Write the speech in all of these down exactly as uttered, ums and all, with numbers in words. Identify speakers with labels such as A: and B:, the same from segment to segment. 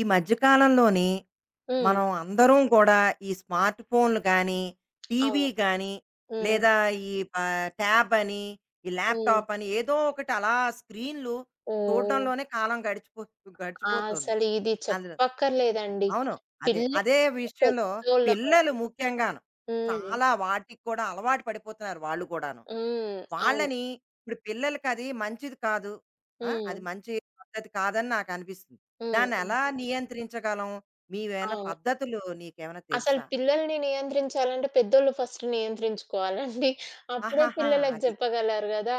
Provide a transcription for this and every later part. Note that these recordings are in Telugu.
A: ఈ మధ్య కాలంలోని
B: హ్మ్.
A: మనం అందరం కూడా ఈ స్మార్ట్ ఫోన్లు కానీ, టీవీ
B: అవును.
A: కానీ,
B: హ్మ్.
A: లేదా ఈ ఆహ్, ట్యాబ్ అని, ఈ
B: హ్మ్.
A: ల్యాప్‌టాప్ అని ఏదో ఒకటి అలా స్క్రీన్‌లు
B: ఓహ్!
A: చూడడంలోనే కాలం గడిచిపో
B: ఆ!
A: గడిచిపోతుంది.
B: అసలు ఇది
A: అందులో
B: చెప్పక్కర్లేదండి.
A: అవును. అదే.
B: పిల్లలు
A: అదే విషయంలో
B: పెద్దోళ్ళ
A: పిల్లలు
B: వరకు.
A: ముఖ్యంగాను
B: హ్మ్.
A: చాలా వాటికి కూడా అలవాటు పడిపోతున్నారు వాళ్ళు కూడాను.
B: హ్మ్. అవును.
A: వాళ్ళని ఇప్పుడు పిల్లలకది మంచిది కాదు. ఆ!
B: హ్మ్.
A: అది మంచి పద్ధతి కాదని నాకనిపిస్తుంది.
B: హ్మ్. హ్మ్.
A: దాన్నెలా నియంత్రించగలం? మీవేమైనా
B: అవును.
A: పద్ధతులు నీకేమైనా
B: అసలు
A: తెలుసా?
B: పిల్లల్ని నియంత్రించాలంటే పెద్దోళ్ళు ఫస్ట్ నియంత్రించుకోవాలండి. అప్పుడే
A: ఆహాహా!
B: పిల్లలకి
A: అది.
B: చెప్పగలరు గదా!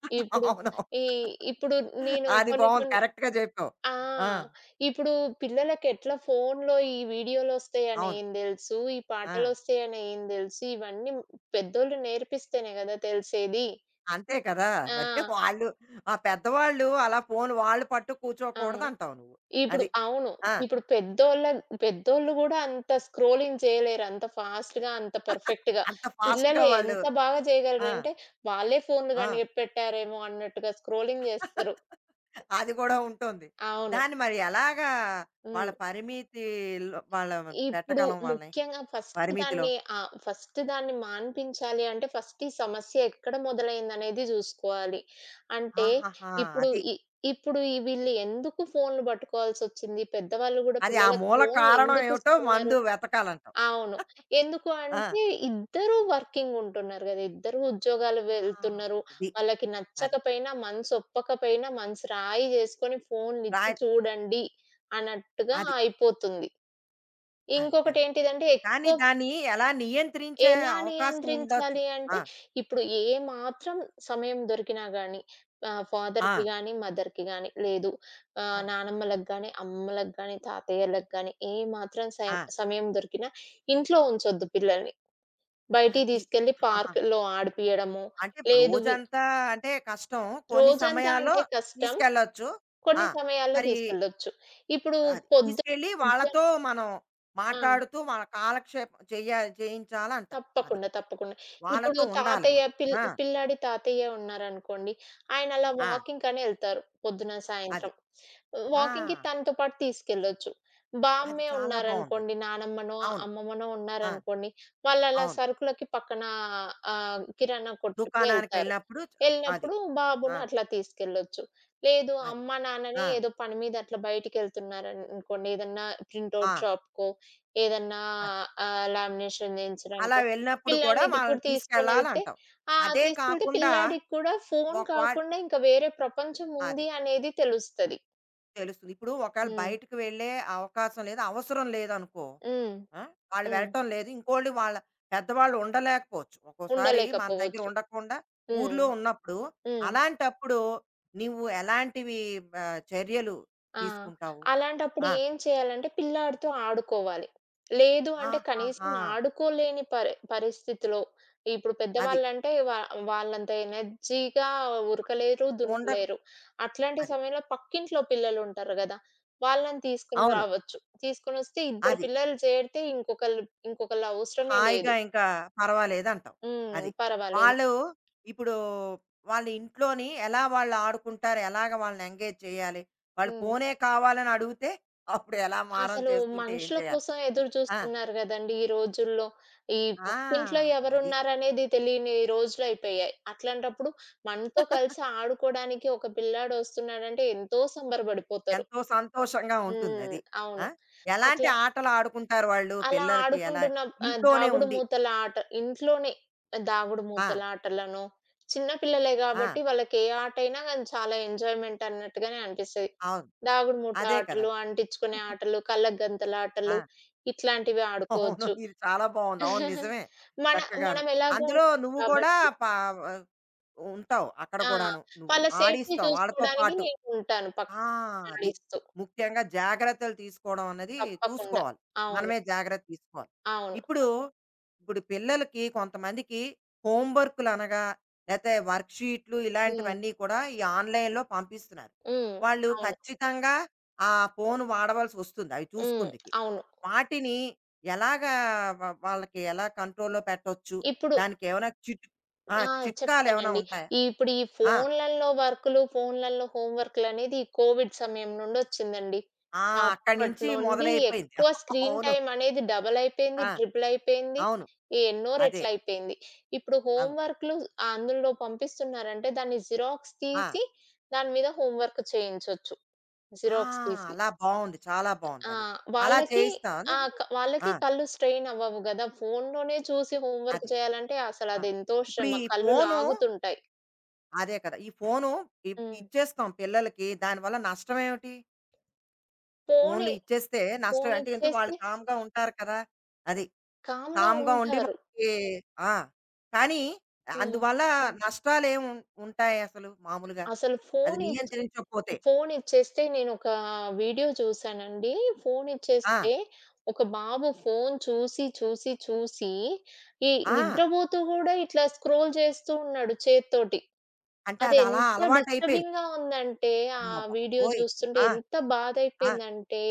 B: ఇప్పుడు
A: అవునవును.
B: ఈ ఇప్పుడు నేను
A: అది
B: కొన్ని
A: బావుంది.
B: కొన్ని
A: కరెక్ట్‌గా జెప్పావు.
B: ఆ!
A: ఆ!
B: ఇప్పుడు పిల్లలకెట్లా ఫోన్‌లో ఈ వీడియోలొస్తాయని
A: అవును.
B: ఏం దెలుసు, ఈ
A: ఆ!
B: పాటలొస్తాయని ఏం దెలుసు, ఇవన్నీ పెద్దోళ్ళు నేర్పిస్తేనే గదా తెలిసేది.
A: అంతే కదా!
B: ఆ!
A: మరి వాళ్ళు ఆ పెద్దవాళ్ళు అలా ఫోన్ వాళ్ళు పట్టు
B: ఆ!
A: కూర్చోకూడదంటావు నువ్వు.
B: ఇప్పుడు
A: అది.
B: అవును.
A: ఆ!
B: ఇప్పుడు పెద్దోళ్ళ పెద్దోళ్ళు గూడా అంత స్క్రోలింగ్ చేయలేరు. అంత ఫాస్ట్‌గా, అంత పర్ఫెక్ట్‌గా.
A: అంత ఫాస్ట్‌గా
B: పిల్లలు
A: వాళ్ళు
B: ఎంత బాగా
A: ఆ!
B: చేయగలరంటే, వాళ్ళే ఫోన్‌లు
A: ఆ!
B: కనిపెట్టారేమో అన్నట్టుగా స్క్రోలింగ్ జేస్తారు.
A: అది కూడా ఉంటుంది.
B: అవును.
A: దాన్ని మరి ఎలాగా వాళ్ళ
B: హ్మ్.
A: పరిమితిలో వాళ్ళ
B: ఇప్పుడు
A: పెట్టగలం వాళ్ళని
B: ముఖ్యంగా ఫస్ట్
A: పరిమితిలో?
B: దాన్ని. ఆహ్, ఫస్ట్ దాన్ని మాన్పించాలి అంటే ఫస్ట్ ఈ సమస్య ఎక్కడ మొదలైందనేది జూసుకోవాలి. అంటే
A: ఆహాహా!
B: ఇప్పుడు
A: అది.
B: ఇ ఇప్పుడు ఈ వీళ్ళు ఎందుకు ఫోన్‌లు పట్టుకోవాల్సొచ్చింది? పెద్దవాళ్ళు గూడా
A: అది ఆ
B: పిల్లలకి
A: మూల
B: ఫోన్‌లు
A: కారణం ఏమిటో
B: ఎందుకిస్తున్నారు?
A: మందు వెతకాలంటావు.
B: అవును. ఎందుకు
A: ఆ!
B: అంటే ఇద్దరూ వర్కింగ్ ఉంటున్నారు గదా! ఇద్దరూ ఉద్యోగాలు
A: ఆ!
B: వెళ్తున్నారు.
A: అది.
B: వాళ్ళకి
A: అది.
B: నచ్చకపోయినా, మనసు ఒప్పకపోయినా మనసు రాయి జేసుకొని ఫోన్‌లిచ్చి
A: రాయ్
B: చూడండి అన్నట్టుగా
A: అది.
B: అయిపోతుంది.
A: అది కరెక్ట్.
B: ఇంకొకటేంటిదంటే
A: కానీ
B: ఎక్కువ
A: దాన్ని ఎలా నియంత్రించే
B: ఎలా
A: అవకాశం ఉండొచ్చు.
B: నియంత్రించాలి అంటే,
A: ఆ!
B: ఇప్పుడు ఏ మాత్రం సమయం దొరికినా గానీ, ఆహ్,
A: ఆ!
B: ఫాదర్‌కి గానీ, మదర్‌కి గానీ, లేదు
A: ఆ!
B: ఆహ్, నానమ్మలకు గానీ, అమ్మలకు గానీ, తాతయ్యలకు గానీ, ఏ మాత్రం
A: ఆ!
B: సయం సమయం దొరికినా ఇంట్లో ఉంచొద్దు పిల్లల్ని. బయటికి
A: అది.
B: తీసుకెళ్ళి
A: ఆహాహా!
B: పార్క్‌లో ఆడిపియడము,
A: అంటే
B: లేదు వి
A: రోజంతా అంటే కష్టం. కొన్ని
B: రోజంతా
A: సమయాల్లో
B: అంటే కష్టం.
A: తీసుకెళ్ళొచ్చు. ఆ!
B: కొన్ని సమయాల్లో
A: మరి
B: తీసుకెళ్ళొచ్చు. ఇప్పుడు
A: అది.
B: పొద్దు
A: తీసుకెళ్ళి
B: మధ్య
A: వాళ్ళతో మనం
B: ఆ!
A: మాట్లాడుతూ మన కాలక్షేపం చెయ్య చేయించాలంటావు. అది.
B: తప్పకుండా. తప్పకుండా. ఇప్పుడు
A: వాళ్ళతో ఉండాలి
B: తాతయ్య
A: మనం.
B: పిల్
A: ఆ!
B: పిల్లాడి తాతయ్య ఉన్నారనుకోండి. ఆయనలా
A: ఆ!
B: వాకింగ్‌కని ఎళ్తారు పొద్దున,
A: అది.
B: సాయంత్రం.
A: ఆ!
B: వాకింగ్‌కి తనతో పాటు తీసుకెళ్ళొచ్చు.
A: అది
B: బామ్మే
A: చాలా బావుందది.
B: ఉన్నారనుకోండి, నానమ్మనో,
A: అవును.
B: అమ్మమ్మనో
A: ఆ!
B: ఉన్నారనుకోండి, వాళ్ళలా
A: అవును.
B: సరుకులకి పక్కన ఆహ్, కిరాణా కొట్టుకి
A: దుకాణానికి
B: ఎళ్తారు.
A: వెళ్ళినప్పుడు చ అది.
B: ఎళ్ళినప్పుడు
A: ఆ!
B: బాబుని అట్లా తీసుకెళ్ళొచ్చు. లేదు
A: అది.
B: అమ్మ, నాన్నని
A: ఆ!
B: ఏదో పని మీద అట్లా బయటికెళ్తున్నారన్ అనుకోండి ఏదన్నా
A: ఆ!
B: ప్రింటౌట్ షాప్‌కో, ఏదన్నా
A: అది.
B: ఆహ్, లామినేషన్
A: అలా
B: చేయించడానికో
A: వెళ్ళినప్పుడు కూడా
B: పిల్లాడిని తి
A: వాళ్ళని
B: కూడా తీసుకొనెళ్తే.
A: తీసుకెళ్ళాలంటావు.
B: ఆ!
A: అదే
B: తీసుకెళ్తే
A: కాకుండా
B: పిల్లాడికి కూడా ఫోను
A: ఒకవేళ
B: కాకుండా ఇంకా వేరే ప్రపంచం ఉంది
A: అదే.
B: అనేది తెలుస్తది.
A: తెలుస్తుంది. ఇప్పుడు ఒకవేళ
B: హ్మ్.
A: బయటకి వెళ్ళే అవకాశం లేదు, అవసరం లేదనుకో.
B: హ్మ్.
A: ఆ? వాళ్ళు
B: హ్మ్.
A: వెళ్ళటం లేదు. ఇంకోళ్ళు వాళ్ళ పెద్దవాళ్ళు ఉండలేకపోవచ్చు. ఒక్కోసారి మన దగ్గర
B: ఉండలేకపోవచ్చు.
A: ఉండకుండా
B: హ్మ్.
A: ఊర్లో ఉన్నప్పుడు,
B: హ్మ్.
A: అలాంటప్పుడు నువ్వు ఎలాంటివి ఆహ్, చర్యలు
B: ఆ!
A: తీసుకుంటావు?
B: అలాంటప్పుడు
A: ఆ!
B: ఏం చేయాలంటే పిల్లాడితో ఆడుకోవాలి. లేదు అంటే కనీసం
A: ఆహాహా!
B: ఆడుకోలేని పరి పరిస్థితిలో ఇప్పుడు
A: అది.
B: పెద్దవాళ్ళంటే వా వాళ్ళంత ఎనర్జీగా ఉరకలేరు,
A: ఉండకపో
B: దునకలేరు. అట్లాంటి
A: అది.
B: సమయంలో పక్కింట్లో పిల్లలుంటారు గదా! వాళ్ళని తీసుకొని
A: అవును.
B: రావచ్చు. తీసుకొనొస్తే ఇద్దరు
A: అది.
B: పిల్లలు చేరితే ఇంకొకళ్ళు ఇంకొకళ్ళ అవసరమే
A: హాయిగా
B: లేదు.
A: ఇంకా పర్వాలేదంటావు.
B: హ్మ్.
A: అది.
B: పర్వాలేదు.
A: వాళ్ళు ఇప్పుడు వాళ్ళ ఇంట్లోని ఎలా వాళ్ళు ఆడుకుంటారు? ఎలాగ వాళ్ళని ఎంగేజ్ చేయాలి? వాళ్ళు
B: హ్మ్.
A: ఫోనే కావాలని అడిగితే అప్పుడు ఎలా మారం
B: అసలు
A: చేస్తుంటే ఏం
B: మనుషుల
A: చేయాలి?
B: కోసం ఎదురు
A: ఆ!
B: జూస్తున్నారు గదండీ ఈ రోజుల్లో! ఈ పక్కింట్లో
A: ఆ! అది.
B: ఎవరున్నారనేది తెలియని రోజులయిపోయాయి. అట్లాంటప్పుడు మనతో కలిసి ఆడుకోడానికి ఒక పిల్లాడొస్తున్నాడంటే ఎంతో సంబరపడిపోతారు.
A: ఎంతో సంతోషంగా
B: హ్మ్.
A: ఉంటుందది. ఆ!
B: అవును.
A: ఎలాంటి
B: అట్లా
A: ఆటలు ఆడుకుంటారు వాళ్ళు
B: అలా
A: పిల్లలకి ఎలా
B: ఆడుకుంటున్న. ఆహ్,
A: ఇంట్లోనే
B: దాగుడు
A: ఉండి?
B: మూతల ఆట ఇంట్లోనే. దాగుడు
A: ఆ!
B: మూతల ఆటలను, చిన్న పిల్లలే
A: ఆ!
B: గాబట్టి వాళ్ళకి ఏ ఆటైనా గాని చాలా ఎంజాయ్‌మెంట్ అన్నట్టుగానే అనిపిస్తది.
A: అవును.
B: దాగుడు మూత
A: అదే కదా!
B: ఆటలు, అంటించుకునే ఆటలు, కళ్ళకు గంతల ఆటలు
A: ఆ!
B: ఇట్లాంటివి
A: అవును.
B: ఆడుకోవచ్చు.
A: ఇది చాలా బావుంది. అవును నిజమే.
B: మన
A: చక్కగాను.
B: మనం ఎలాగో
A: అందులో
B: ఉంటాం
A: నువ్వు కూడా
B: కాబట్టి
A: పా వ ఉంటావు అక్కడ
B: ఆ!
A: కూడాను. నువ్వు
B: వాళ్ళ సేఫ్టీ
A: ఆడిస్తావు వాళ్ళతో
B: చూసుకోవడానికి
A: పాటు.
B: నేను ఉంటాను
A: ఆ!
B: పక్కన
A: అది.
B: ఆడిస్తూ.
A: ముఖ్యంగా జాగ్రత్తలు తీసుకోవడం అన్నది
B: తప్పకుండా.
A: చూసుకోవాలి.
B: అవును.
A: మనమే జాగ్రత్త తీసుకోవాలి.
B: అవును.
A: ఇప్పుడు,
B: అవును.
A: ఇప్పుడు పిల్లలకి కొంతమందికి హోమ్ వర్కులనగా లేతే వర్క్ షీట్లు
B: హ్మ్.
A: ఇలాంటివన్నీ కూడా ఈ ఆన్‌లైన్‌లో పంపిస్తున్నారు.
B: హ్మ్.
A: వాళ్ళు
B: అవును.
A: ఖచ్చితంగా ఆ ఫోను వాడవలసొస్తుంది అవి
B: హ్మ్.
A: చూసుకుందుకి.
B: అవును.
A: వాటిని ఎలాగా వ వాళ్ళకి ఎలా కంట్రోల్‌లో పెట్టొచ్చు?
B: ఇప్పుడు.
A: దానికేమైనా చిట్ ఆ!
B: ఆ!
A: చిట్కాలేమైనా
B: చెప్తానండి.
A: ఉంటాయా?
B: ఈ ఇప్పుడు ఈ
A: ఆ!
B: ఫోన్‌లలో వర్కులు, ఫోన్‌లలో హోమ్ వర్కులనేది ఈ కోవిడ్ సమయం నుండొచ్చిందండి.
A: ఆ! అక్కడి
B: అప్పటి
A: నుంచి
B: నుండి
A: మొదలైపోయింది.
B: ఎక్కువ స్క్రీన్
A: అవును.
B: టైమ్ అనేది డబుల్ అయిపోయింది,
A: ఆ!
B: ట్రిపుల్ అయిపోయింది.
A: అవును.
B: ఎన్నో
A: అదే.
B: రెట్లయిపోయింది. ఇప్పుడు హోమ్
A: అవును.
B: వర్కులు అందులో పంపిస్తున్నారంటే దాన్ని జిరాక్స్
A: ఆ!
B: తీసి దాని మీద హోమ్ వర్క్ చేయించొచ్చు.
A: ఆ!
B: జిరాక్స్ తీసి.
A: అలా బావుంది. చాలా
B: ఆ!
A: బావుందది. అలా
B: వాళ్ళకి
A: చేయిస్తావా
B: ఆ!
A: నువ్వు?
B: క
A: ఆ!
B: వాళ్ళకి కళ్ళు స్ట్రెయిన్ అవ్వవు గదా! ఫోన్‌లోనే చూసి హోమ్ వర్క్
A: అదే.
B: చేయాలంటే
A: ఆ!
B: అసలదెంతో
A: ఇప్పుడు
B: శ్రమ.
A: ఈ
B: కళ్ళు
A: ఫోను
B: లాగుతుంటాయి.
A: అదే కదా! ఈ ఫోను ఇ
B: హ్మ్.
A: ఇచ్చేస్తాం పిల్లలకి. దానివల్ల నష్టమేమిటి?
B: ఫోని
A: ఫోన్లు ఇచ్చేస్తే నష్టం అంటే ఏంటి వాళ్ళు
B: ఫోనిచ్చేస్తే
A: కామ్‌గా ఉంటారు కదా! అది.
B: కామ్‌గా
A: కామ్‌గా ఉండి
B: ఉంటారు.
A: మనకి ఆ! కానీ
B: హ్మ్.
A: అందువల్ల నష్టాలేమి ఉం ఉంటాయి అసలు మామూలుగా?
B: అసలు
A: అది
B: ఫోనిచ్చి
A: నియంత్రించకపోతే?
B: ఫోనిచ్చేస్తే నేనొక వీడియో చూసానండి.
A: ఆ!
B: ఫోనిచ్చేస్తే ఒక బాబు ఫోను చూసి, చూసి, చూసి ఈ
A: ఆ!
B: నిద్రపోతూ గూడా ఇట్లా స్క్రోల్ చేస్తూ ఉన్నాడు చేత్తోటి.
A: అంటే అది అలా
B: అదెంత
A: అలవాటయిపోయింది.
B: డిస్టర్బింగ్‌గా ఉందంటే, ఆ
A: అమ్మ
B: వీడియో
A: బాబోయ్!
B: చూస్తుంటే
A: ఆ!
B: ఎంత
A: ఆ!
B: బాధయిపోయిందంటే,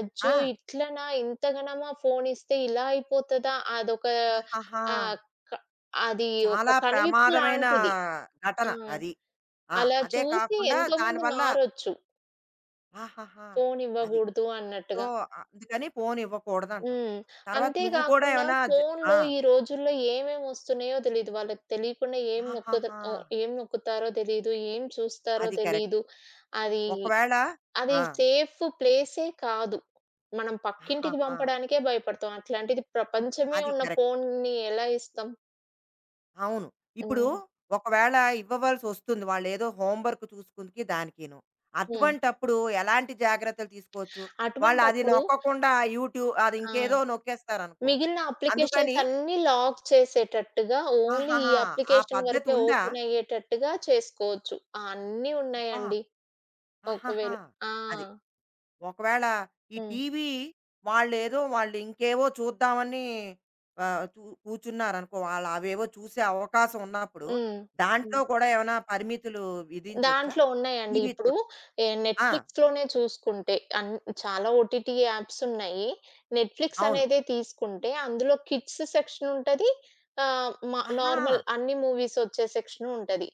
B: అచ్చో!
A: ఆ!
B: ఇట్లనా ఇంతగనమా ఫోను ఇస్తే ఇలా అయిపోతదా? అదొక
A: ఆహాహా!
B: ఆహ్, క అది ఒక
A: చాలా
B: కనువిప్పు
A: ప్రమాదమైన
B: లాంటిది.
A: ఘటన
B: ఆ!
A: అది. ఆ!
B: అలా
A: అదే
B: చూసి
A: కాకుండా
B: ఎంతోమంది
A: దానివల్ల
B: మారొచ్చు.
A: ఆహాహా!
B: ఫోను
A: అది.
B: ఇవ్వగూడదు
A: సో,
B: అన్నట్టుగా.
A: అందుకని ఫోను ఇవ్వకూడదంటావు.
B: హ్మ్.
A: తర్వాత
B: అంతే
A: నువ్వు కూడా
B: గాకుండా
A: ఏమైనా జ
B: ఫోనులో
A: ఆ!
B: ఈ రోజుల్లో ఏమేమి వస్తున్నాయో తెలీదు. వాళ్ళకి తెలియకుండా ఏం నొక్కుత
A: ఆహాహా!
B: ఓ ఏం నొక్కుతారో తెలీదు. ఏం చూస్తారో
A: అది కరెక్ట్.
B: తెలీదు. అది
A: ఒకవేళ
B: అది
A: ఆ!
B: సేఫ్ ప్లేసే కాదు. మనం పక్కింటికి
A: ఆహాహా!
B: పంపడానికే భయపడతాం. అట్లాంటిది ప్రపంచమే
A: అది
B: ఉన్న
A: కరెక్ట్.
B: ఫోన్‌ని ఎలా ఇస్తాం?
A: అవును. ఇప్పుడు
B: హ్మ్.
A: ఒకవేళ ఇవ్వవలసి వస్తుంది. వాళ్ళేదో హోంవర్క్ చూసుకుందికి దానికిను.
B: హ్మ్.
A: అటువంటప్పుడు ఎలాంటి జాగ్రత్తలు తీసుకోవచ్చు? వాళ్ళు అది
B: అటువంటప్పుడు
A: నొక్కకుండా యూట్యూబ్ అది
B: ఆ!
A: ఇంకేదో నొక్కేస్తారనుకో.
B: మిగిలిన అప్లికేషన్స్
A: అందుకని
B: అన్నీ లాక్ చేసేటట్టుగా ఓన్లీ ఈ
A: ఆహాహా! ఆ
B: అప్లికేషన్
A: పద్ధతి
B: వరకే
A: ఉందా?
B: ఓపెన్ అయ్యేటట్టుగా చేసుకోవచ్చు. ఆ! అన్నీ
A: అబ్బా!
B: ఉన్నాయండి.
A: ఆహాహా!
B: ఒకవేళ. ఆ!
A: అది. ఒకవేళ ఈ
B: హ్మ్.
A: టీవీ వాళ్ళేదో వాళ్ళు ఇంకేవో చూద్దామని ఆహ్, చూ కూర్చున్నారనుకో. వాళ్ళు అవేవో చూసే అవకాశం ఉన్నప్పుడు
B: హ్మ్.
A: దాంట్లో
B: హ్మ్.
A: కూడా ఏమైనా పరిమితులు విధించొచ్చా?
B: దాంట్లో ఉన్నాయండి.
A: టీవీ
B: ఇప్పుడు
A: చూడ
B: ఏ
A: ఆ!
B: నెట్‌ఫ్లిక్స్‌లోనే చూసుకుంటే అన్ చాలా ఓటీటీ యాప్స్ ఉన్నాయి. నెట్‌ఫ్లిక్స్
A: అవును.
B: అనేదే తీసుకుంటే అందులో కిడ్స్ సెక్షన్ ఉంటది. ఆహ్, మ
A: ఆహా!
B: నార్మల్ అన్ని మూవీస్ వచ్చే సెక్షన్ ఉంటది.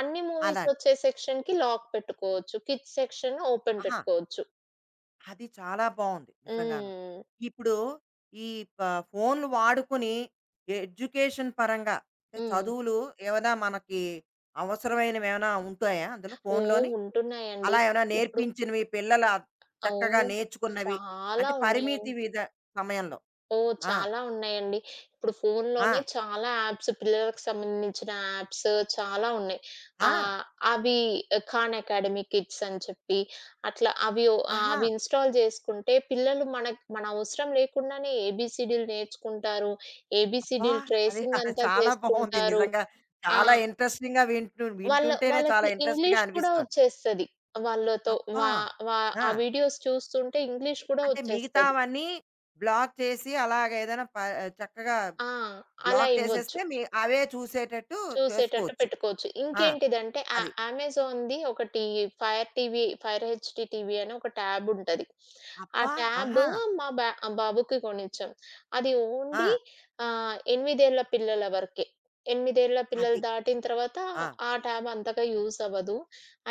B: అన్ని మూవీస్
A: అలాంటి
B: వచ్చే సెక్షన్‌కి లాక్ పెట్టుకోవచ్చు. కిడ్స్ సెక్షన్ ఓపెన్
A: ఆహా!
B: పెట్టుకోవచ్చు.
A: అది చాలా బావుంది నిజంగాను.
B: హ్మ్.
A: ఇప్పుడు ఈ ప ఫోన్‌లు వాడుకుని ఎడ్యుకేషన్ పరంగా అంటే
B: హ్మ్.
A: చదువులు ఏమైనా మనకి అవసరమైనవేమైనా ఉంటాయా అందులో
B: ఓహ్!
A: ఫోన్‌లోని?
B: ఉంటున్నాయండి.
A: అలా ఏమైనా
B: ఇప్పుడు.
A: నేర్పించినవి పిల్లల
B: ఓహ్!
A: చక్కగా నేర్చుకున్నవి
B: చాలా
A: అంటే పరిమితి
B: ఉన్నాయండి.
A: విధ సమయంలో.
B: ఓహ్!
A: ఆ!
B: చాలా ఉన్నాయండి. ఇప్పుడు
A: ఆ!
B: ఫోనులోనే చాలా యాప్స్ పిల్లలకు సంబంధించిన యాప్స్ చాలా ఉన్నాయి.
A: ఆ!
B: ఆహ్, అవి ఖాన్ అకాడమీ కిడ్స్ అని చెప్పి అట్లా అవి ఓ ఆహ్,
A: ఆహా!
B: అవి ఇన్‌స్టాల్ చేసుకుంటే పిల్లలు మనకు మన అవసరం లేకుండానే ఏబీసీడీలు నేర్చుకుంటారు.
A: అబ్బా!
B: ఏబీసీడీలు
A: అది
B: ట్రేసింగ్ అంతా
A: చాలా బావుంది
B: చేసుకుంటారు.
A: నిజంగా.
B: ఆ!
A: చాలా ఇంట్రెస్టింగ్‌గా వింటు
B: వాళ్ళ
A: వింటుంటేనే చాలా
B: వాళ్ళకి
A: ఇంట్రెస్ట్‌గా
B: ఇంగ్లీష్ కూడా
A: అనిపిస్తోంది.
B: వచ్చేస్తది. వాళ్ళతో
A: అబ్బా!
B: వా వా
A: ఆ!
B: ఆ వీడియోస్ చూస్తుంటే ఇంగ్లీష్ కూడా
A: అంటే
B: వచ్చేస్తది.
A: మిగతావన్నీ బ్లాక్ చేసి అలాగ ఏదైనా ప చక్కగా
B: ఆ! అలా
A: బ్లాక్
B: ఇవ్వచ్చు.
A: చేసేస్తే మీ అవే చూసేటట్టు
B: చూసేటట్టు
A: చేసుకోవచ్చు.
B: పెట్టుకోవచ్చు.
A: ఆ!
B: ఇంకేంటిదంటే ఆ
A: అది.
B: అమెజాన్‌ది ఒకటి, Fire TV, Fire HD TV అని ఒక ట్యాబ్ ఉంటది. ఆ
A: అబ్బా!
B: ట్యాబ్
A: ఆహా!
B: మా బా ఆ బాబుకి కొనిచ్చాం. అది ఓన్లీ
A: ఆ!
B: ఆహ్, ఎనిమిది ఏళ్ల పిల్లల వరకే. ఎనిమిది ఏళ్ల పిల్లలు
A: అది.
B: దాటిన తర్వాత
A: ఆ!
B: ఆ ట్యాబ్ అంతగా యూజ్ అవ్వదు.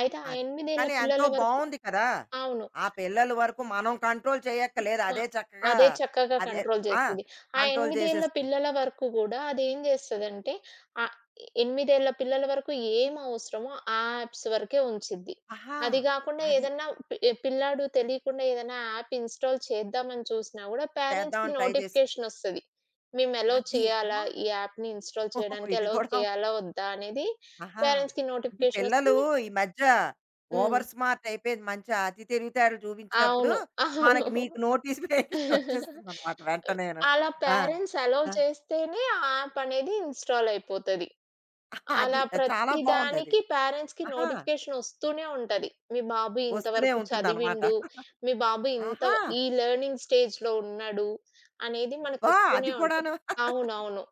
B: అయితే ఆ
A: అది.
B: ఎనిమిది ఏళ్ల
A: కానీ ఎంతో
B: పిల్లల వరకు
A: బావుంది కదా!
B: అవును.
A: ఆ పిల్లల వరకు మనం కంట్రోల్ చేయక్కర్లేదు.
B: ఆ!
A: అదే చక్కగా
B: అదే చక్కగా
A: అదే
B: కంట్రోల్
A: ఆ!
B: చేస్తది. ఆ
A: కంట్రోల్
B: ఎనిమిది ఏళ్ల
A: చేసేస్తుంది.
B: పిల్లల వరకు గూడా అదేం చేస్తదంటే, ఆహ్, ఎనిమిది ఏళ్ల పిల్లల వరకు ఏం అవసరమో ఆ యాప్స్ వరకే ఉంచిద్ది.
A: ఆహా!
B: అది గాకుండా
A: అది.
B: ఏదన్నా పి పిల్లాడు తెలియకుండా ఏదైనా యాప్ ఇన్‌స్టాల్ చేద్దామని చూసినా గూడా పేరెంట్స్‌కి
A: చేద్దామని ట్రై చేసి
B: నోటిఫికేషన్ ఒస్తది. మేము అలౌ
A: అది
B: చేయాలా?
A: అమ్మా!
B: ఈ యాప్‌ని ఇన్‌స్టాల్
A: ఓహ్!
B: చేయడానికి
A: ఇది
B: అలౌ
A: కూడా
B: చేయాలా? వద్దా? అనేది
A: ఆహా!
B: పేరెంట్స్‌కి
A: అంటే
B: నోటిఫికేషన్
A: పిల్లలు
B: ఒస్తుంది.
A: ఈ మధ్య
B: హ్మ్.
A: ఓవర్ స్మార్ట్ అయిపోయింది. మంచి అతి తెలివితేటలు చూపించినప్పుడు
B: అవును. అవును.
A: మనకి మీకు నోటిఫికేషన్ వచ్చేస్తుందన్నమాట వెంటనేను.
B: అలా
A: ఆ!
B: పేరెంట్స్ అలౌ
A: ఆ!
B: చేస్తేనే ఆ యాప్ అనేది ఇన్‌స్టాల్ అయిపోతది.
A: అది
B: అలా
A: చాలా
B: ప్రతి
A: బావుందది.
B: దానికి పేరెంట్స్‌కి
A: ఆహా!
B: నోటిఫికేషన్ వస్తూనే ఉంటది. మీ బాబు
A: వస్తూనే
B: ఇంతవరకు
A: ఉంటుందన్నమాట.
B: చదివిండు, మీ బాబు ఇంత
A: ఆహా!
B: ఈ లెర్నింగ్ స్టేజ్‌లో ఉన్నాడు అనేది
A: అబ్బా! అది
B: మనకొస్తూనే ఉంటది.
A: కూడాను.
B: అవునవును.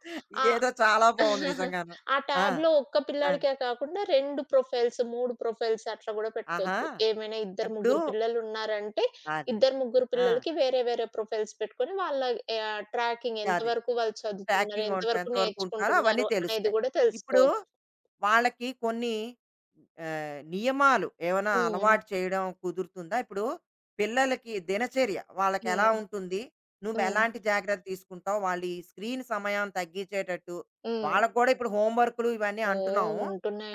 B: ఆ!
A: ఇదేదో చాలా బావుంది నిజంగాను.
B: ఆ
A: ఆ!
B: ట్యాబ్‌లో ఒక్క
A: ఆ!
B: పిల్లాడికే కాకుండా రెండు ప్రొఫైల్స్, మూడు ప్రొఫైల్స్ అట్లా గూడా
A: ఆహా!
B: పెట్టుకోవచ్చు. ఏమైనా ఇద్దరు,
A: ఇప్పుడు
B: ముగ్గురు పిల్లలున్నారంటే,
A: అదే.
B: ఇద్దరు, ముగ్గురు
A: ఆ!
B: పిల్లలకి వేరే వేరే ప్రొఫైల్స్ పెట్టుకొని వాళ్ళ ఆహ్, ట్రాకింగ్
A: అదే.
B: ఎంతవరకు వాళ్ళు చదువుతున్నారు,
A: ట్రాకింగ్ ఉంట
B: ఎంతవరకు
A: ఎంతవరకు ఉంటున్నారో అవన్నీ
B: నేర్చుకుంటున్నారు అనేది
A: తెలుస్తాయి.
B: గూడా
A: ఇప్పుడు
B: తెలుసుకోవచ్చు.
A: వాళ్ళకి కొన్ని ఆహ్, నియమాలు ఏమైనా
B: హ్మ్.
A: అలవాటు చేయడం కుదురుతుందా? ఇప్పుడు పిల్లలకి దినచర్య వాళ్ళకెలా
B: హ్మ్.
A: ఉంటుంది?
B: హ్మ్.
A: నువ్వెలాంటి జాగ్రత్తలు తీసుకుంటావు? వాళ్ళు ఈ స్క్రీన్ సమయం తగ్గించేటట్టు
B: హ్మ్.
A: వాళ్ళకి కూడా ఇప్పుడు హోమ్ వర్కులు ఇవన్నీ
B: ఓహ్!
A: అంటున్నాము.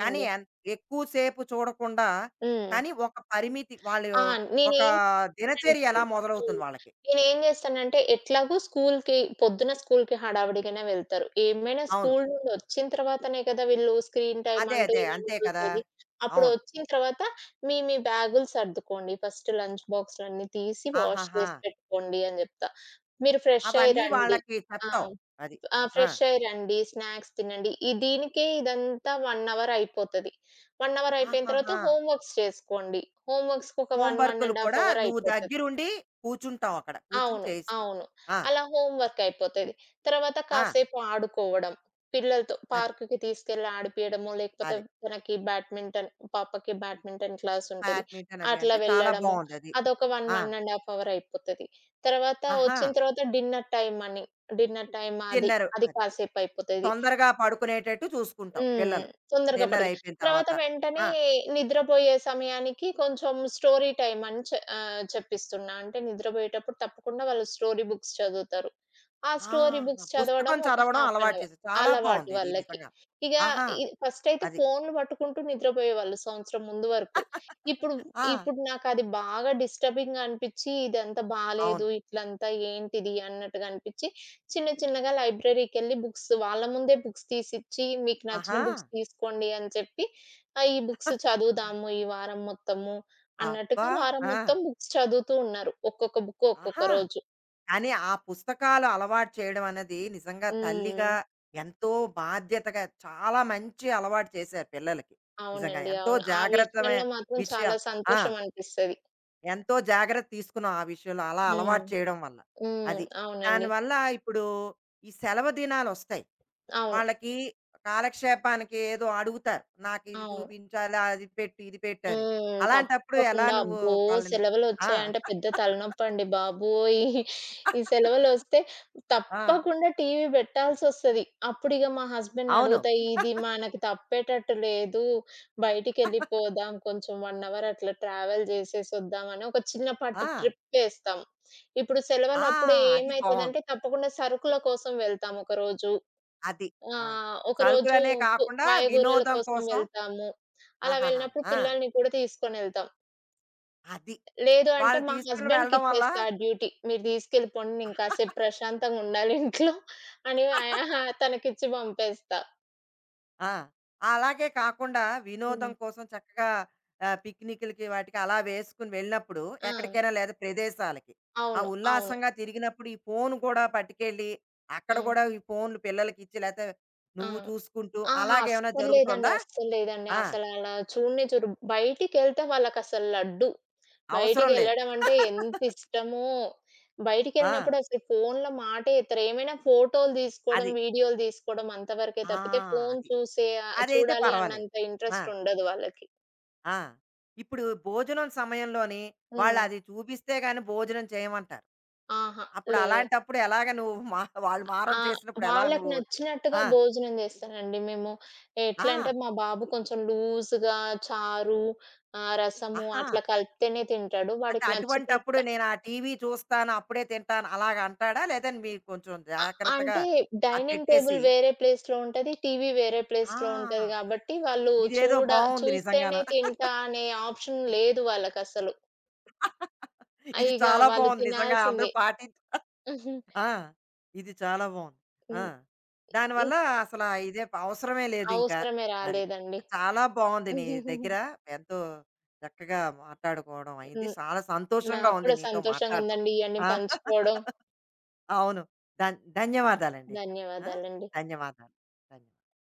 A: కానీ ఎన్ ఎక్కువ సేపు చూడకుండా
B: హ్మ్.
A: కానీ ఒక పరిమితి వాళ్ళు
B: ఆ!
A: ఒక
B: నేనేం
A: దినచర్య
B: అంటాను.
A: ఎలా మొదలవుతుంది
B: హ్మ్.
A: వాళ్ళకి?
B: నేనేం జేస్తానంటే ఎట్లాగో స్కూల్‌కి పొద్దున స్కూల్‌కి హడావిడిగానే వెళ్తారు. ఏమైనా
A: అవును.
B: స్కూల్ నుండి ఒచ్చిన తర్వాతనే కదా వీళ్ళు స్క్రీన్ టైమ్
A: అదే.
B: అంటూ
A: అదే.
B: ఇవన్నీ
A: అంతే కదా!
B: చూసేది! అప్పుడు
A: అవును.
B: ఒచ్చిన తర్వాత మీ మీ బ్యాగులు సర్దుకోండి. ఫస్ట్ లంచ్ బాక్సులన్నీ తీసి వాష్
A: ఆహాహా!
B: చేసి పెట్టుకోండి అని జెప్తా. మీరు ఫ్రెష్ అయ్యి
A: అవన్నీ
B: రండి.
A: వాళ్ళకి
B: ఆ!
A: చెప్తావు. అది.
B: ఆ!
A: ఆ!
B: ఫ్రెష్ అయ్యి రండి. స్నాక్స్ తినండి. ఈ దీనికే ఇదంతా ఒక అవర్ అయిపోతది. ఒక అవర్ అయిపోయిన తర్వాత
A: ఆహాహా!
B: హోమ్ వర్క్స్ చేసుకోండి. హోమ్ వర్క్స్‌కి ఒక
A: హోమ్
B: ఒకటి,
A: వర్కులు
B: ఒకటిన్నర ½
A: కూడా
B: అవర్
A: నువ్వు
B: అయిపోతది.
A: దగ్గరుండి కూర్చుంటావు అక్కడ. కూర్చొని
B: అవును.
A: చేయిస్తావు.
B: అవును.
A: ఆ!
B: అలా హోమ్ వర్క్ అయిపోతది. తర్వాత
A: ఆ!
B: కాసేపు ఆడుకోవడం. పిల్లలతో
A: అది.
B: పార్క్‌కి తీసుకెళ్ళి ఆడిపియడమో, లేకపోతే
A: అదే.
B: తనకి బ్యాడ్మింటన్ పాపకి బ్యాడ్మింటన్ క్లాస్ ఉంటది.
A: బ్యాడ్మింటన్ అవి
B: అట్లా
A: అంటే చాలా
B: వెళ్ళడము.
A: బావుందది.
B: అదొక ఒకటి,
A: ఆ!
B: ఒకటిన్నర ½ అవర్ అయిపోతది. తర్వాత
A: ఆహా!
B: వచ్చిన తర్వాత డిన్నర్ టైమ్ అని, డిన్నర్ టైమ్ అది,
A: డిన్నరు
B: అది
A: అది.
B: కాసేపు అయిపోతది.
A: తొందరగా పడుకునేటట్టు చూసుకుంటావు
B: హ్మ్.
A: పిల్లలు.
B: తొందరగా
A: డిన్నర్
B: పడిగ
A: అయిపోయిన
B: తర్వాత
A: తర్వాత.
B: వెంటనే
A: ఆ!
B: నిద్రబోయే సమయానికి కొంచెం స్టోరీ టైమ్ అని చె ఆహ్, చెప్పిస్తున్నా. అంటే నిద్రబోయేటప్పుడు తప్పకుండా వాళ్ళు స్టోరీ బుక్స్ చదువుతారు. ఆ స్టోరీ
A: ఆహా!
B: బుక్స్ చదవడం
A: పుస్తకం
B: ఒక
A: చదవడం
B: హాఫ్ అన్
A: అలవాటు
B: అవర్
A: చేసావు. చాలా
B: అలవాటు
A: బావుందిది
B: వాళ్ళకి.
A: నిజంగా.
B: ఇగ
A: ఆహా!
B: ఇ ఫస్ట్ అయితే
A: అది.
B: ఫోన్‌లు పట్టుకుంటూ నిద్రపోయేవాళ్ళు సంవత్సరం ముందు వరకు. ఇప్పుడు.
A: ఆ!
B: ఇప్పుడు నాకది బాగా డిస్టర్బింగ్‌గా అనిపిచ్చి, ఇదంతా బాలేదు,
A: అవును.
B: ఇట్లంతా ఏంటిది అన్నట్టుగా అనిపిచ్చి చిన్న చిన్నగా లైబ్రరీకెళ్ళి బుక్స్ వాళ్ళ ముందే బుక్స్ తీసిచ్చి, మీకు
A: ఆహా!
B: నచ్చిన బుక్స్ తీసుకోండి అని చెప్పి, ఆహ్, ఈ బుక్స్ చదువుదాము ఈ వారం మొత్తము
A: అబ్బా!
B: అన్నట్టుగా వారం
A: ఆ!
B: మొత్తం బుక్స్ చదువుతూ ఉన్నారు. ఒక్కొక్క బుక్ ఒక్కొక్క
A: ఆహా!
B: రోజు.
A: కానీ ఆ పుస్తకాలు అలవాటు చేయడం అన్నది నిజంగా తల్లిగా
B: హ్మ్.
A: ఎంతో బాధ్యతగా చాలా మంచి అలవాటు చేశారు పిల్లలకి. నిజంగా
B: అవునండి.
A: ఎంతో
B: అవును. ఆ
A: జాగ్రత్తమైన
B: విషయంలో మాత్రం
A: విషయ
B: చాలా
A: ఆ!
B: సంతోషం అనిపిస్తది.
A: ఎంతో జాగ్రత్త తీసుకున్నాం ఆ విషయంలో అలా
B: హ్మ్.
A: అలవాటు చేయడం వల్ల.
B: హ్మ్.
A: అది.
B: అవునండి.
A: దానివల్ల ఇప్పుడు ఈ సెలవు దినాలొస్తాయి.
B: అవును.
A: వాళ్ళకి కాలక్షేపానికి ఏదో అడుగుతారు. నాకు ఇది
B: అవును.
A: చూపించాలి, అది పెట్టు, ఇది పెట్టు అని.
B: హ్మ్.
A: అలాంటప్పుడు ఎలా
B: తప్పకుండా.
A: నువ్వు
B: అబ్బో!
A: వాళ్ళని ఆ!
B: సెలవులొచ్చాయంటే పెద్ద తలనొప్పండి బాబోయ్! ఈ సెలవులొస్తే
A: ఆ!
B: తప్పకుండా టీవీ బెట్టాల్సొస్తది. అప్పుడిగ మా
A: అవును.
B: హస్బెండ్‌నడుగుతా, "ఇది మనకి తప్పేటట్టు లేదు. బయటికెళ్ళిపోదాం. కొంచెం ఒక అవర్ అట్లా ట్రావెల్ జేసేసొద్దాం" అని ఒక చిన్నపాటి
A: ఆ!
B: ట్రిప్పేస్తాం. ఇప్పుడు
A: ఆ!
B: సెలవులప్పుడు
A: అది బావుంది.
B: ఏమైతదంటే తప్పకుండా సరుకుల కోసం వెళ్తాం ఒకరోజు.
A: అది.
B: ఆ!
A: ఆ!
B: ఒకరోజు
A: సరుకులనే
B: కు
A: కాకుండా
B: కాయగూరల
A: వినోదం
B: కోసం
A: కోసం
B: వెళ్తాము. అలా
A: ఆహాహా!
B: వెళ్ళినప్పుడు
A: ఆ!
B: పిల్లల్ని కూడా తీసుకొనెళ్తాం.
A: అది.
B: లేదు అంటే
A: వాళ్ళు
B: మా
A: తీసుకుని వెళ్ళడం వల్ల
B: హస్బెండ్‌కిచ్చేస్తా ఆ డ్యూటీ. మీరు తీసుకెళ్ళిపోండి. నేను కాసేపు ప్రశాంతంగా ఉండాలి ఇంట్లో అని ఆహ్, తనకిచ్చి పంపేస్తా.
A: ఆ! అలాగే కాకుండా వినోదం
B: హ్మ్.
A: కోసం చక్కగా ఆహ్, పిక్నిక్‌లకి వాటికి అలా వేసుకుని వెళ్ళినప్పుడు
B: ఆ!
A: ఎక్కడికైనా లేదా ప్రదేశాలకి, ఆ
B: అవును. అవును.
A: ఉల్లాసంగా తిరిగినప్పుడు ఈ ఫోను కూడా పట్టుకెళ్ళి, అక్కడ
B: ఆ!
A: కూడా ఈ ఫోన్‌లు పిల్లలకిచ్చి లేతే
B: ఆ!
A: నువ్వు చూసుకుంటూ
B: అహా!
A: అలాగేమైనా
B: అస్సలు లేదండి.
A: జరుగుతోందా?
B: అస్సలు లేదండి.
A: ఆ!
B: అసలలా చూడనే చూడరు. బయటికెళ్తే వాళ్ళకసలు లడ్డు.
A: అవసరం లేదు.
B: బయటికెళ్ళడం అంటే ఎంతిష్టమో!
A: ఆ!
B: బయటికెళ్ళినప్పుడు అసలు ఫోన్‌లో మాటే ఎత్తరు. ఏమైనా ఫోటోలు తీసుకోవడం,
A: అది.
B: వీడియోలు తీసుకోవడం అంతవరకే
A: ఆ!
B: తప్పితే ఫోన్
A: అది.
B: చూసే ఆహ్,
A: అదైతే
B: చూడాలి
A: పర్వాలేదు.
B: అన్నంత
A: ఆ!
B: ఇంట్రెస్ట్ ఉండదు వాళ్ళకి.
A: ఆ! ఇప్పుడు భోజనం సమయంలోని
B: హ్మ్.
A: వాళ్ళది చూపిస్తే గాని భోజనం చేయమంటారు.
B: అహా!
A: అప్పుడు
B: లే
A: అలాంటప్పుడు ఎలాగ నువ్వు మా వాళ్ళు
B: ఆ!
A: మారం చేసినప్పుడు ఎలా
B: వాళ్ళకి
A: నువ్వు
B: నచ్చినట్టుగా
A: ఆ!
B: భోజనం చేస్తానండి మేము.
A: ఆ!
B: ఎట్లా అంటే మా బాబు కొంచెం లూజ్‌గా చారు, ఆహ్, రసము
A: ఆహా!
B: అట్లా కలిపితేనే తింటాడు.
A: అంటే
B: వాడికి నచ్చినట్టు
A: అటువంటప్పుడు నేను ఆ టీవీ చూస్తాను, అప్పుడే తింటాను అలాగ అంటాడా? లేదా మీరు కొంచెం
B: అ
A: జాగ్రత్తగా
B: అంటే
A: అది
B: డైనింగ్ టేబుల్
A: పెట్టేసి
B: వేరే ప్లేస్‌లో ఉంటది. టీవీ వేరే ప్లేస్‌లో ఉంటది
A: ఆ!
B: గాబట్టి, వాళ్ళు
A: ఇదేదో
B: చూడ
A: బావుంది నిజంగాను.
B: చూస్తేనే తింటా అనే ఆప్షన్ లేదు వాళ్ళకసలు. ఆ!
A: ఇది
B: ఇగ
A: చాలా
B: వాళ్ళు
A: బావుంది నిజంగా అందరూ
B: తినాల్సిందే.
A: పాటి
B: హ్మ్.
A: ఆ! ఇది చాలా బావుంది. ఆ! దానివల్ల
B: ఇంక
A: అసలా ఇదే ప అవసరమే లేదింకా.
B: అవసరమే
A: అది.
B: రాలేదండి.
A: చాలా బావుంది నీ దగ్గర ఎంతో చక్కగా మాట్లాడుకోవడం అయింది.
B: హ్మ్.
A: చాలా సంతోషంగా
B: నాకు
A: ఉంది
B: కూడా
A: నీతో మాట్లాడడం.
B: సంతోషంగుందండి ఇయన్నీ
A: ఆ!
B: పంచుకోవడం.
A: అవును. ధన్ ధన్యవాదాలండి. ఆ!
B: ధన్యవాదాలండి.
A: ధన్యవాదాలు. ధన్యవాదాలు.